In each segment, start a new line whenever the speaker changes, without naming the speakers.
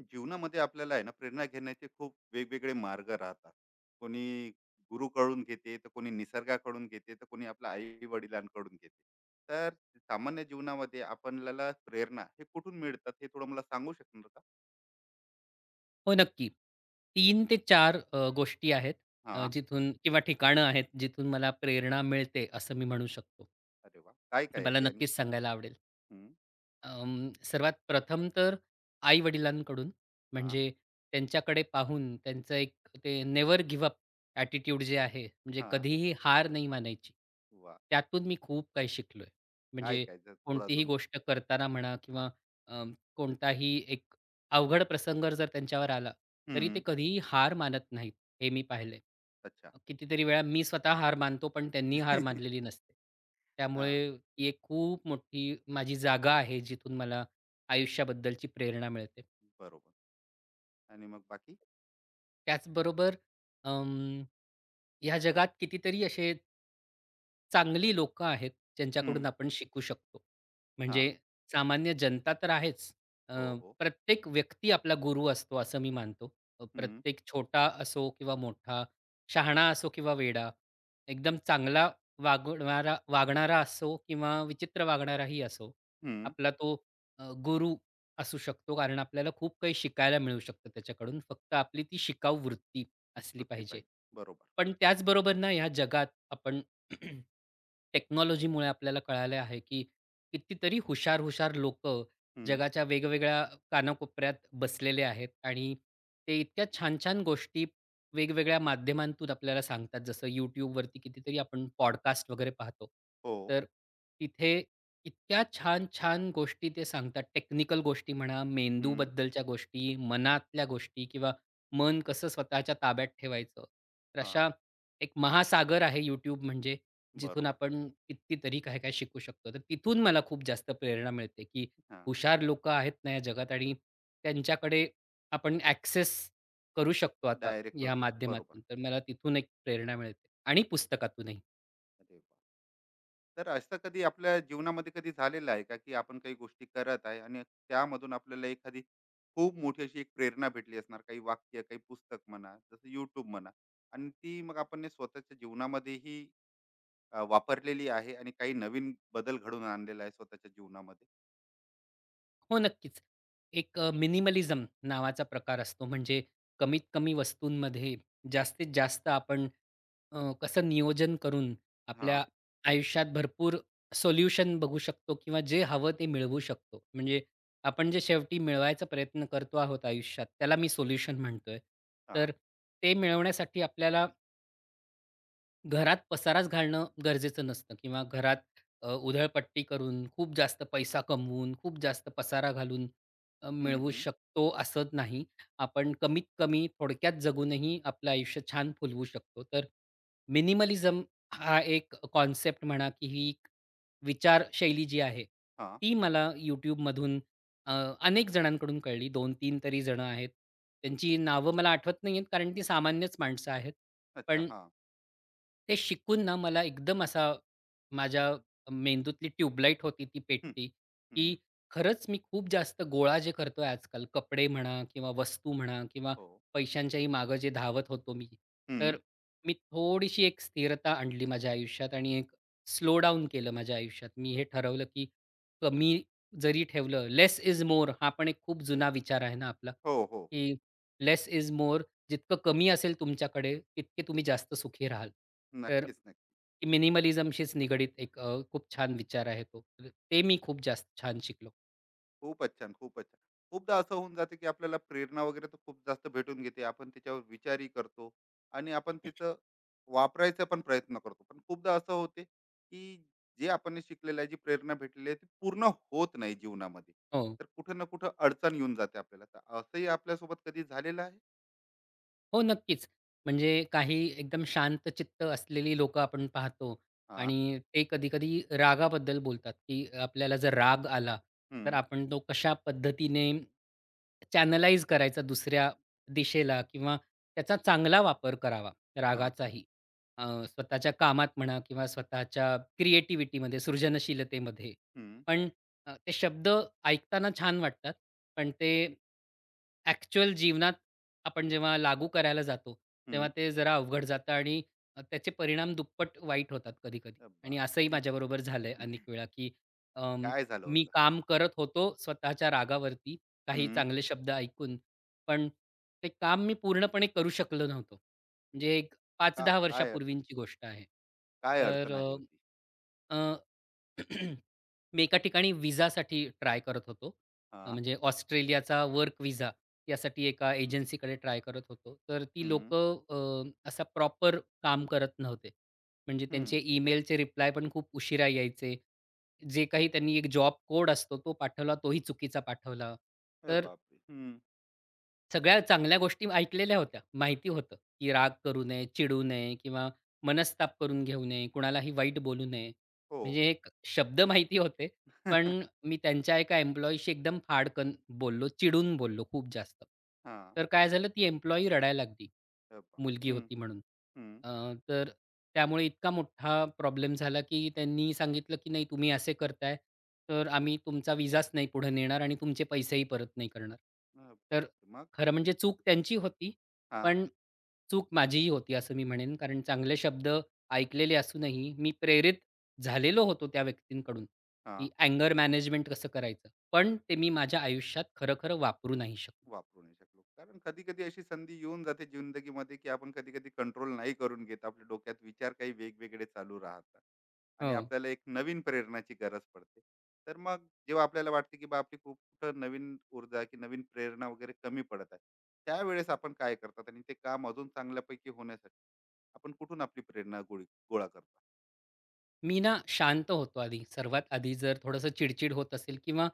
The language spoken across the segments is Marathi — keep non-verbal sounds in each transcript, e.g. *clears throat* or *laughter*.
जीवनामध्ये आपल्याला आहे ना, प्रेरणा घेण्याचे खूप वेगवेगळे मार्ग राहतात. कोणी गुरुकडून घेते, तर कोणी निसर्गाकडून घेते, तर कोणी आपल्या आई वडिलांकडून घेते. तर सामान्य जीवनामध्ये आपल्याला प्रेरणा हे कुठून मिळतात, हे थोडं मला सांगू शकणार का?
हो, नक्की. तीन ते चार गोष्टी आहेत
हा.
जिथून किंवा ठिकाणं आहेत जिथून मला प्रेरणा मिळते असं मी म्हणू शकतो.
अरे वा, काय
तर
काय आहे
मला
ते? आणि
नक्कीच सांगायला आवडेल.
हम्म,
सर्वात प्रथम तर आई-वडिलांकडून
हा,
म्हणजे त्यांच्याकडे पाहून त्यांचं एक ते नेव्हर गिव्ह अप ॲटिट्यूड जे आहे, म्हणजे
हा,
कधीही हार नाही मानायची.
वा,
त्यातून मी खूप काही शिकलोय.
काय
म्हणजे
काय जर थोडं
कोणतीही
अजून.
गोष्ट करताना म्हणा किंवा अ, कोणताही एक अवघड प्रसंग जर त्यांच्यावर आला, तरी ते
हम्म.
कधीही हार मानत नाहीत, हे मी पाहिलंय.
अच्छा.
कितीतरी वेळा मी स्वतः हार मानतो, पण त्यांनी हार
*laughs*
मानलेली नसते.
हा.
त्यामुळे ती एक खूप मोठी माझी जागा आहे, जिथून मला आयुष्याबद्दलची प्रेरणा मिळते.
बरोबर. आणि मग बाकी?
त्याचबरोबर अं, ह्या जगात कितीतरी असे चांगली लोकं आहेत,
हम्म,
ज्यांच्याकडून आपण शिकू शकतो.
हा,
म्हणजे सामान्य जनता तर आहेच. अ,
हो हो,
प्रत्येक व्यक्ती आपला गुरु असतो, असं मी मानतो.
हम्म,
प्रत्येक छोटा असो किंवा मोठा, शहाणा असो किंवा वेडा, एकदम चांगला वागणारा वागणारा असो किंवा विचित्र वागणाराही असो,
हम्म,
आपला तो गुरु असू शकतो कारण आपल्याला खूप काही शिकायला मिळू शकतं त्याच्याकडून. फक्त आपली ती शिकाऊ वृत्ती असली
वृत्ती
पाहिजे.
पाहिजे, बरोबर.
पण त्याचबरोबर ना ह्या जगात आपण *clears throat* टेक्नॉलॉजीमुळे आपल्याला कळालं आहे, की कितीतरी हुशार-हुशार लोक
हम्म,
जगाच्या वेगवेगळ्या कानाकोपऱ्यात बसलेले आहेत आणि ते इतक्या छान-छान गोष्टी वेगवेगळ्या माध्यमांतून आपल्याला सांगतात. जसं YouTubeवरती कितीतरी आपण पॉडकास्ट वगैरे पाहतो.
हो,
तर तिथे इतक्या छान-छान गोष्टी ते सांगतात. टेक्निकल गोष्टी म्हणा,
हम्म,
मेंदूबद्दलच्या गोष्टी, मनातल्या गोष्टी किंवा मन कसं स्वतःच्या ताब्यात ठेवायचं. तर
हां,
अशा एक महासागर आहे YouTube म्हणजे, जिथून
बरोबर.
आपण कितीतरी काय-काय शिकू शकतो. तर तिथून मला खूप जास्त प्रेरणा मिळते, की
हां,
हुशार लोकं आहेत ना या जगात आणि त्यांच्याकडे आपण ॲक्सेस करू शकतो आता
डायरेक्ट करू
या
शकतो,
माध्यमातून.
बरोबर.
तर मला तिथून एक प्रेरणा मिळते आणि पुस्तकातूनही.
अरे वाह! तर असं कधी आपल्या जीवनामध्ये कधी झालेलं आहे का, की आपण काही गोष्टी करत आहे आणि त्यामधून आपल्याला एखादी खूप मोठी अशी एक प्रेरणा भेटली असणार, काही वाक्य, काही पुस्तक म्हणा, जसं YouTube म्हणा, आणि ती मग आपण ने स्वतःच्या जीवनामध्येही वापरलेली आहे, आणि काही नवीन बदल घडवून आणलेला आहे स्वतःच्या जीवनामध्ये?
हो, नक्कीच. एक मिनिमलिझम नावाचा प्रकार असतो. म्हणजे कमीत कमी वस्तूंमध्ये जास्तीत जास्त आपण कसं नियोजन करून
हां,
आपल्या आयुष्यात भरपूर सोल्युशन बघू शकतो किंवा जे हवं ते मिळवू शकतो. म्हणजे आपण जे शेवटी मिळवायचा प्रयत्न करतो आहोत आयुष्यात, त्याला मी सोल्युशन म्हणतोय.
हां.
तर ते मिळवण्यासाठी आपल्याला घरात पसाराच घालणं गरजेचं नसतं किंवा घरात उधळपट्टी करून खूप जास्त पैसा कमवून, खूप जास्त पसारा घालून
हं,
मिळवू
हं.
शकतो असं नाही. आपण कमीत कमी थोडक्यात जगूनही आपलं आयुष्य छान फुलवू शकतो. तर मिनिमलिझम हा एक कॉन्सेप्ट म्हणा की ही एक विचारशैली जी आहे,
हां.
ती मला YouTubeमधून अ, अनेक जणांकडून कळली. 2-3 तरी जण आहेत. त्यांची नावं मला आठवत नाहीयेत कारण ती सामान्यच माणसं आहेत.
अच्छा,
पण
हां.
ते शिकून ना मला एकदम असा माझ्या मेंदूतली ट्यूबलाईट होती ती
हं,
पेटली,
हं.
की खरंच मी खूप जास्त गोळा जे करतोय आजकाल कपडे म्हणा किंवा वस्तू म्हणा किंवा
हो.
पैशांच्याही मागं जे धावत होतो मी.
हं.
तर मी थोडीशी एक स्थिरता आणली माझ्या आयुष्यात आणि एक स्लो डाउन केलं माझ्या आयुष्यात. मी हे ठरवलं, की कमी जरी ठेवलं लेस इज मोअर हा पण एक खूप जुना विचार आहे ना आपला,
हो, हो.
की लेस इज मोअर जितकं कमी असेल तुमच्याकडे, तितके तुम्ही जास्त सुखी राहाल. तर
नक्कीच, नक्कीच.
मिनिमलिझमशीच निगडीत एक खूप छान विचार आहे तो. तर ते मी खूप जास्त छान शिकलो.
खूपच छान, खूपच छान. खूपदा असं होऊन जाते, की आपल्याला प्रेरणा वगैरे तर खूप जास्त भेटून घेते. आपण त्याच्यावर विचारही करतो, आणि आपण तिचं वापरायचा पण प्रयत्न करतो. पण खूपदा असं होते, की जे आपण शिकलेलं आहे, जी प्रेरणा भेटलेली आहे, ती पूर्ण होत नाही जीवनामध्ये.
हो.
तर कुठं ना कुठं अडचण येऊन जाते आपल्याला. तर असंही आपल्यासोबत कधी झालेलं आहे?
हो, नक्कीच. म्हणजे काही एकदम शांत चित्त असलेली लोकं आपण पाहतो
हां,
आणि ते कधी-कधी रागाबद्दल बोलतात, की आपल्याला जर राग आला,
हं,
तर आपण तो कशा पद्धतीने चॅनलाइज करायचा दुसऱ्या दिशेला किंवा त्याचा चांगला वापर करावा
हां,
रागाचाही. स्वतःच्या कामात म्हणा किंवा स्वतःच्या क्रिएटिव्हिटीमध्ये, सृजनशीलतेमध्ये.
हं,
पण ते शब्द ऐकताना छान वाटतात, पण ते ॲक्चुअल जीवनात आपण जेव्हा लागू करायला जातो, तेव्हा
हं.
ते जरा अवघड जातं आणि त्याचे परिणाम दुप्पट वाईट होतात कधी-कधी. आणि
बाप!
असंही माझ्याबरोबर झालंय अनेक वेळा, की अं,
काय झालं
मी
होतं?
काम करत होतो स्वतःच्या रागावरती, काही
हं,
चांगले शब्द ऐकून. पण ते काम मी पूर्णपणे करू शकलो नव्हतो. म्हणजे एक
का
5-10
काय
वर्षापूर्वीची गोष्ट आहे.
काय
तर
अडचण आली होती?
अ, अ *clears throat* मी एका ठिकाणी विझासाठी ट्राय करत होतो.
हां,
म्हणजे ऑस्ट्रेलियाचा वर्क विझा यासाठी एका एजन्सीकडे ट्राय करत होतो. तर ती
हं,
लोकं असा प्रॉपर काम करत नव्हते. म्हणजे त्यांचे
हं.
ईमेलचे रिप्लाय पण खूप उशिरा यायचे. जे काही त्यांनी एक जॉब कोड असतो तो पाठवला तोही चुकीचा पाठवला.
अरे
तर
बापरे! हं.
सगळ्या चांगल्या गोष्टी ऐकलेल्या होत्या. माहिती होतं, की राग करू नये, चिडू नये किंवा मनस्ताप करून घेऊ नये, कुणालाही वाईट बोलू नये.
हो.
म्हणजे एक शब्द माहिती होते, पण
*laughs*
मी त्यांच्या एका एम्प्लॉईशी एकदम फाडकन बोललो, चिडून बोललो खूप जास्त.
हां.
तर काय झालं, ती एम्प्लॉयी रडायला लागली.
अरे बाप!
मुलगी
हं,
होती म्हणून.
हं.
अ, तर त्यामुळे इतका मोठा प्रॉब्लेम झाला, की त्यांनी सांगितलं, की "नाही तुम्ही असे करताय, तर आम्ही तुमचा विसाच नाही पुढे नेणार आणि तुमचे पैसेही परत नाही करणार."
अरे
तर
बापरे! मग?
खरं म्हणजे चूक त्यांची होती,
हां,
पण चूक माझीही होती असं मी म्हणेन. कारण चांगले शब्द ऐकलेले असूनही मी प्रेरित झालेलो होतो त्या व्यक्तींकडून, की
हां.
अँगर मॅनेजमेंट कसं करायचं. पण ते मी माझ्या आयुष्यात खरं-खरं वापरू नाही शकलो.
वापरू नाही शकलो. कारण कधी-कधी अशी संधी येऊन जाते जिंदगीमध्ये, की आपण कधी-कधी कंट्रोल नाही करून घेत. आपल्या डोक्यात विचार काही वेगवेगळे चालू राहतात, आणि
हो.
आपल्याला एक नवीन प्रेरणाची गरज पडते. तर मग जेव्हा आपल्याला वाटते, की बा आपली खूप कुठं नवीन ऊर्जा की नवीन प्रेरणा वगैरे कमी पडत आहे, त्यावेळेस आपण काय करतात, आणि ते काम अजून चांगल्यापैकी होण्यासाठी आपण कुठून आपली प्रेरणा गोळी गोळा करतात?
मी ना शांत होतो आधी. सर्वात आधी जर थोडंसं चिड-चिड होत असेल किंवा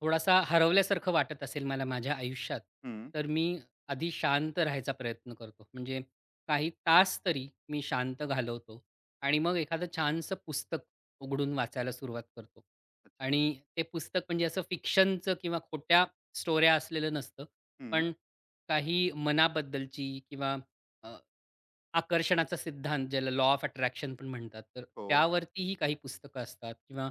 थोडासा हरवल्यासारखं वाटत असेल मला माझ्या आयुष्यात,
हं.
तर मी आधी शांत राहायचा प्रयत्न करतो. म्हणजे काही तास तरी मी शांत घालवतो आणि मग एखादं छानसं पुस्तक उघडून वाचायला सुरुवात करतो.
अच्छा.
आणि ते पुस्तक म्हणजे असं फिक्शनचं किंवा खोट्या स्टोऱ्या असलेलं नसतं.
हं.
पण काही मनाबद्दलची किंवा आकर्षणाचा सिद्धांत ज्याला लॉ ऑफ अट्रॅक्शन पण म्हणतात, तर
हो.
त्यावरतीही काही पुस्तकं असतात किंवा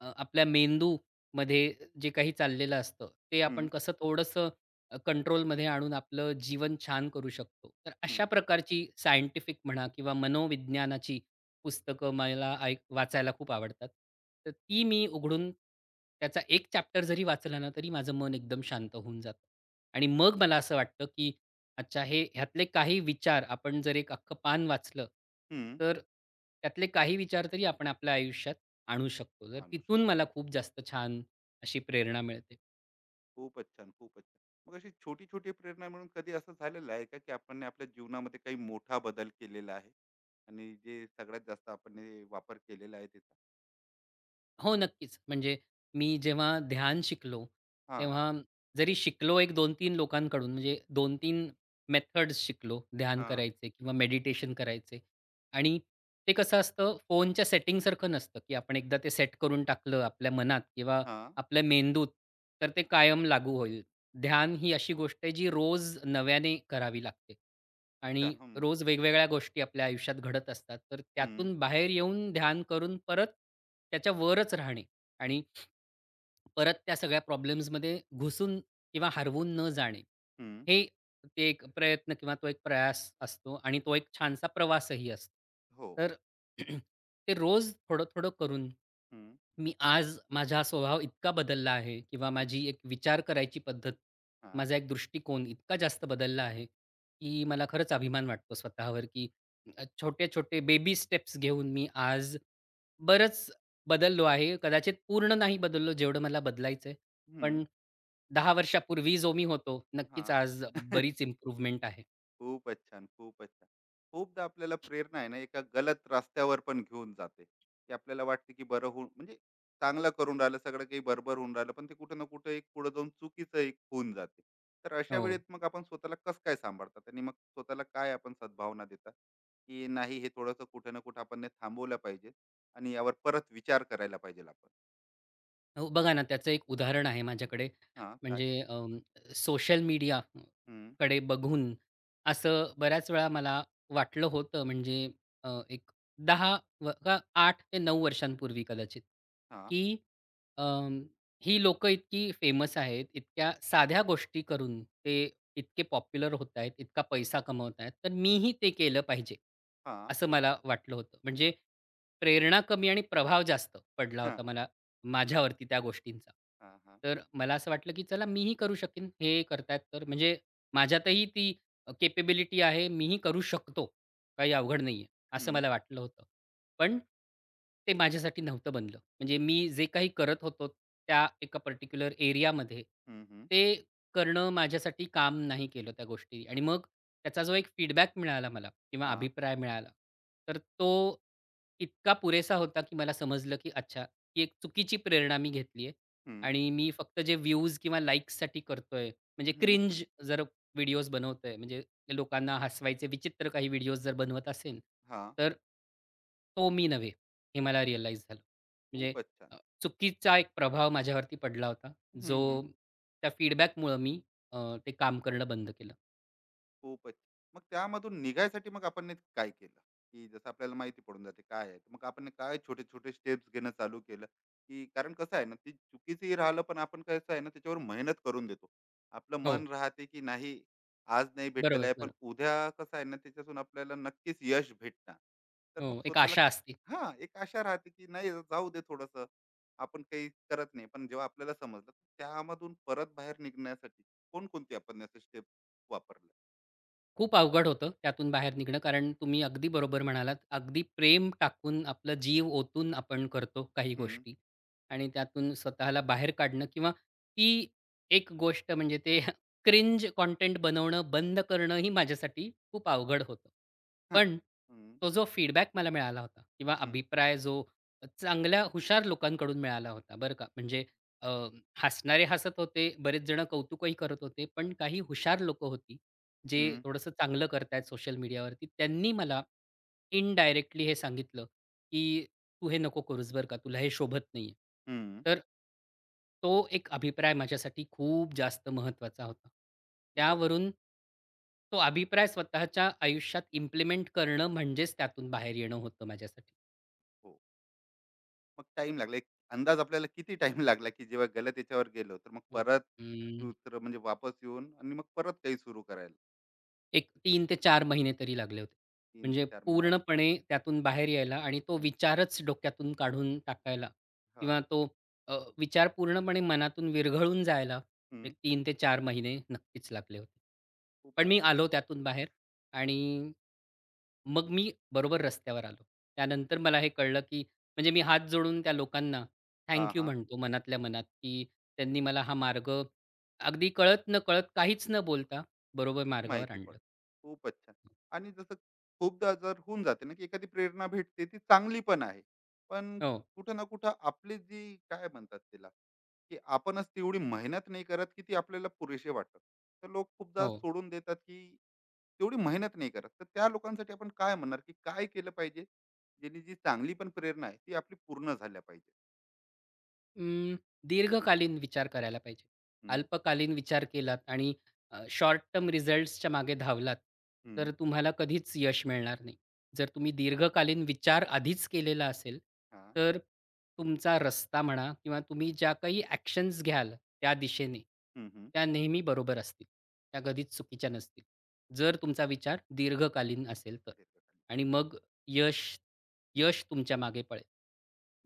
आपल्या मेंदूमध्ये जे काही चाललेलं असतं, ते आपण
हं,
कसं थोडंसं कंट्रोलमध्ये आणून आपलं जीवन छान करू शकतो. तर अशा
हं.
प्रकारची सायंटिफिक म्हणा किंवा मनोविज्ञानाची पुस्तकं मला ऐक वाचायला खूप आवडतात. तर ती मी उघडून त्याचा एक चॅप्टर जरी वाचला ना, तरी माझं मन एकदम शांत होऊन जातं आणि मग मला असं वाटतं, की अच्छा, हे ह्यातले काही विचार आपण जर एक अख्खं पान वाचलं,
हं.
तर त्यातले काही विचार तरी आपण आपल्या आयुष्यात आणू शकतो. तर
आणू शकतो.
तिथून मला खूप जास्त छान अशी प्रेरणा मिळते.
खूपच छान, खूपच छान. मग अशी छोटी-छोटी प्रेरणा मिळून कधी असं झालेलं आहे का, की आपण ने आपल्या जीवनामध्ये काही मोठा बदल केलेला आहे? आणि जे सगळ्यात जास्त आपण हे वापर केलेला आहे त्याचा?
हो, नक्कीच. म्हणजे मी जेव्हा ध्यान शिकलो,
हां.
तेव्हा जरी शिकलो एक 2-3 लोकांकडून म्हणजे 2-3 मेथड्स शिकलो ध्यान
हां.
करायचे किंवा मेडिटेशन करायचे आणि ते कसं असतं फोनच्या सेटिंगसारखं नसतं, की आपण एकदा ते सेट करून टाकलं आपल्या मनात किंवा
हां.
आपल्या मेंदूत, तर ते कायम लागू होईल. ध्यान ही अशी गोष्ट आहे जी रोज नव्याने करावी लागते.
अच्छा.
आणि
हं.
रोज वेगवेगळ्या गोष्टी आपल्या आयुष्यात घडत असतात. तर
हं,
त्यातून बाहेर येऊन ध्यान करून परत त्याच्या वरच राहणे आणि परत त्या सगळ्या प्रॉब्लेम्समध्ये घुसून किंवा हरवून न जाणे.
हं.
हे ते एक प्रयत्न किंवा तो एक प्रयास असतो आणि तो एक छानसा प्रवासही असतो.
हो.
तर *clears throat* ते रोज थोडं-थोडं करून
हं.
मी आज माझा स्वभाव इतका बदलला आहे किंवा माझी
*laughs*
एक विचार करायची पद्धत,
हां.
माझा एक दृष्टिकोन इतका जास्त बदलला आहे, की मला खरंच अभिमान वाटतो स्वतःवर, की छोटे-छोटे बेबी स्टेप्स घेऊन मी आज बरंच बदललो आहे. कदाचित पूर्ण नाही बदललो जेवढं मला बदलायचंय.
हं.
पण 10 वर्षापूर्वी जो मी होतो, नक्कीच
हां.
आज
*laughs*
बरीच इम्प्रूव्हमेंट आहे.
खूपच छान, खूपच छान. खूपदा आपल्याला प्रेरणा आहे ना, एका गलत रस्त्यावर पण घेऊन जाते, की आपल्याला वाटते की बरं होऊन म्हणजे चांगलं करून राहिलं, सगळं काही बरोबर होऊन राहिलं, पण ते कुठे ना कुठे एक पुढे जाऊन चुकीचं एक होऊन जाते. तर अशा वेळेत
हो.
मग आपण स्वतःला कसं काय सांभाळतात, आणि मग स्वतःला काय आपण सद्भावना देतात, की नाही हे थोडंसं कुठे ना कुठे आपण हे थांबवलं पाहिजे, आणि यावर परत विचार करायला पाहिजेल आपण?
हो, बघा ना त्याचं एक उदाहरण आहे माझ्याकडे.
हां, काय?
म्हणजे सोशल
हं,
मीडियाकडे बघून असं बऱ्याच वेळा मला वाटलं होतं म्हणजे एक दहा व का 8 ते 9 वर्षांपूर्वी कदाचित,
हां,
की अं, ही लोकं इतकी फेमस आहेत, इतक्या साध्या गोष्टी करून ते इतके पॉप्युलर होत आहेत, इतका पैसा कमवत आहेत, तर मीही ते केलं पाहिजे,
हां,
असं मला वाटलं होतं. म्हणजे प्रेरणा कमी आणि प्रभाव जास्त पडला
हां,
होता मला माझ्यावरती त्या गोष्टींचा.
हां, हां.
तर मला असं वाटलं, की चला मीही करू शकेन. हे करतायत तर म्हणजे माझ्यातही ती कॅपेबिलिटी आहे. मीही करू शकतो. काही अवघड नाहीये, असं
हं,
मला वाटलं होतं. पण ते माझ्यासाठी नव्हतं बनलं. म्हणजे मी जे काही करत होतो त्या एका पर्टिक्युलर एरियामध्ये,
हं, हं.
ते करणं माझ्यासाठी काम नाही केलं त्या गोष्टी आणि मग त्याचा जो एक फीडबॅक मिळाला मला किंवा
हां,
अभिप्राय मिळाला, तर तो इतका पुरेसा होता, की मला समजलं, की अच्छा ती एक चुकीची प्रेरणा मी घेतली आहे
हं,
आणि मी फक्त जे व्ह्यूज किंवा लाईक्ससाठी करतोय, म्हणजे
हं.
क्रिंज जर व्हिडिओज बनवतोय, म्हणजे लोकांना हसवायचे विचित्र काही व्हिडिओज जर बनवत असेन,
हां.
तर तो मी नव्हे, हे मला रिअलाईज झालं. म्हणजे
खूपच छान.
अ, चुकीचा एक प्रभाव माझ्यावरती पडला होता,
हं,
जो
हं.
त्या फीडबॅकमुळं मी अ, ते काम करणं बंद केलं.
खूपच. मग त्यामधून निघायसाठी मग आपण नेमकं काय केलं? की जसं आपल्याला माहिती पडून जाते काय आहे. तर मग आपण ने काय छोटे-छोटे स्टेप्स घेणं चालू केलं, की कारण कसं आहे ना, ते चुकीचंही राहिलं, पण आपण कसं आहे ना, त्याच्यावर मेहनत करून देतो. आपलं
हो,
मन राहते की नाही, आज नाही भेटलेलं
बरोबर,
आहे, पण
बरोबर.
उद्या कसं आहे ना, त्याच्यातून आपल्याला नक्कीच यश भेटणार. तर मग
हो, एक
स्वतःला
आशा असते.
हां, एक आशा राहते की नाही, जाऊ दे थोडंसं. आपण काही करत नाही. पण जेव्हा आपल्याला समजलं, त्यामधून परत बाहेर निघण्यासाठी कोणकोणती आपण स्टेप वापरल्या?
खूप अवघड होतं त्यातून बाहेर निघणं. कारण तुम्ही अगदी बरोबर म्हणालात. अगदी प्रेम टाकून, आपलं जीव ओतून आपण करतो काही
हं,
गोष्टी आणि त्यातून स्वतःला बाहेर काढणं किंवा ती एक गोष्ट म्हणजे ते *laughs* क्रिंज कंटेंट बनवणं बंद करणं ही माझ्यासाठी खूप अवघड होतं.
हां.
पण
हं,
तो जो फीडबॅक मला मिळाला होता किंवा
हं,
अभिप्राय जो चांगल्या हुशार लोकांकडून मिळाला होता बरं का. म्हणजे अ, हसणारे हसत होते, बरेच जण कौतुकही करत होते. पण काही हुशार लोकं होती जे
हं,
थोडंसं चांगलं करतायत सोशल मीडियावरती, त्यांनी मला इनडायरेक्टली हे सांगितलं, की "तू हे नको करूस बरं का, तुला हे शोभत नाहीये."
हं.
तर तो एक अभिप्राय माझ्यासाठी खूप जास्त महत्त्वाचा होता.
बरोबर.
त्यावरून तो अभिप्राय स्वतःच्या आयुष्यात इम्प्लिमेंट करणं म्हणजेच त्यातून बाहेर येणं होतं माझ्यासाठी.
हो. मग टाईम लागला. एक अंदाज आपल्याला किती टाइम लागला, की जेव्हा गलत याच्यावर गेलो, तर मग
हं.
परत
हं.
दुसरं म्हणजे वापस येऊन आणि मग परत काही सुरू करायला?
एक 3 ते 4 महिने तरी लागले होते.
3 ते
म्हणजे
4 महिने.
पूर्णपणे त्यातून बाहेर यायला आणि तो
हं,
विचारच डोक्यातून काढून टाकायला
हां.
किंवा तो विचार पूर्णपणे मनातून विरघळून जायला
हं.
एक 3 ते चार महिने नक्कीच लागले होते.
खूपच
पण मी
छान.
आलो त्यातून बाहेर आणि मग मी बरोबर रस्त्यावर आलो. त्यानंतर मला हे कळलं, की म्हणजे मी हात जोडून त्या लोकांना
हां,
थँक यू
हां.
म्हणतो मनातल्या मनात, की त्यांनी मला हा मार्ग अगदी कळत-नकळत काहीच न बोलता बरोबर मार्गावर
माहिती
आणलं.
पडलं. खूपच छान. आणि जसं खूपदा जर होऊन जाते ना, की एखादी प्रेरणा भेटते, ती चांगली पण आहे. पण
हो,
कुठं ना कुठं आपली जी काय म्हणतात त्याला, की आपणच तेवढी मेहनत नाही करत, की ती आपल्याला पुरेशी वाटतात. तर लोक खूपदा
हो.
सोडून देतात, की तेवढी मेहनत नाही करत. तर त्या लोकांसाठी आपण काय म्हणणार, की काय केलं पाहिजे? ज्यांनी जी चांगली पण प्रेरणा आहे, ती आपली पूर्ण झाल्या पाहिजे?
अं, दीर्घकालीन विचार करायला पाहिजे.
हं,
अल्पकालीन विचार केलात आणि शॉर्ट टर्म रिझल्ट्सच्या मागे धावलात,
हं,
तर तुम्हाला कधीच यश मिळणार नाही. जर तुम्ही दीर्घकालीन विचार आधीच केलेला असेल,
हां,
तर तुमचा रस्ता म्हणा किंवा तुम्ही ज्या काही ॲक्शन्स घ्याल त्या दिशेने,
हं,
त्या नेहमी बरोबर असतील. त्या कधीच चुकीच्या नसतील. जर तुमचा विचार दीर्घकालीन असेल तर
हं.
आणि मग यश यश तुमच्या मागे पळेल.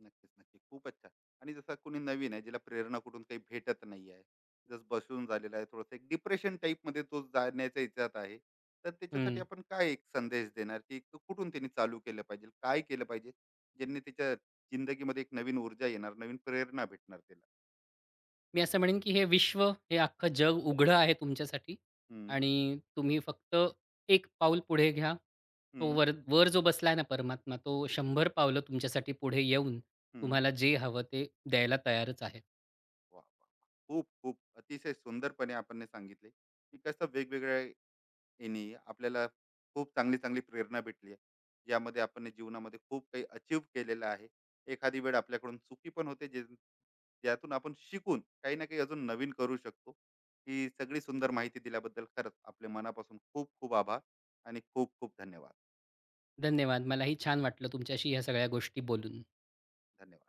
नक्कीच, नक्की, खूपच छान. आणि जसं कोणी नवीन आहे, ज्याला प्रेरणा कुठून काही भेटत नाही आहे, जस बसून झालेला आहे थोडस एक डिप्रेशन टाईप मध्ये तो जाण्याच्या इच्छात आहे, तर त्याच्यासाठी आपण काय एक संदेश देणार, की तो कुठून त्यांनी चालू केलं पाहिजे, काय केलं पाहिजे ज्यांनी त्याच्या जिंदगीमध्ये एक नवीन ऊर्जा येणार, नवीन प्रेरणा भेटणार त्याला?
मी असं म्हणेन की हे विश्व, हे अख्खं जग उघडं आहे तुमच्यासाठी
हम्म,
आणि तुम्ही फक्त एक पाऊल पुढे घ्या. तो
हम्म,
वर वर जो बसलाय ना परमात्मा, तो 100 पावलं तुमच्यासाठी पुढे येऊन
हम्म.
तुम्हाला जे हवं ते द्यायला तयारच आहे.
वा वा वा. खूप खूप अतिशय सुंदरपणे आपण हे सांगितले की कसं वेगवेगळ्या यांनी आपल्याला खूप चांगली चांगली प्रेरणा भेटली आहे, ज्यामध्ये आपण जीवनामध्ये खूप काही अचीव केलेलं आहे. एखादी वेळ आपल्याकडून चुकी पण होते, जे ज्यातून आपण शिकून काही ना काही अजून नवीन करू शकतो. ही सगळी सुंदर माहिती दिल्याबद्दल खरंच आपले मनापासून खूप खूप आभार, आणि खूप खूप धन्यवाद.
धन्यवाद. मलाही छान वाटलं तुमच्याशी ह्या सगळ्या गोष्टी बोलून.
धन्यवाद.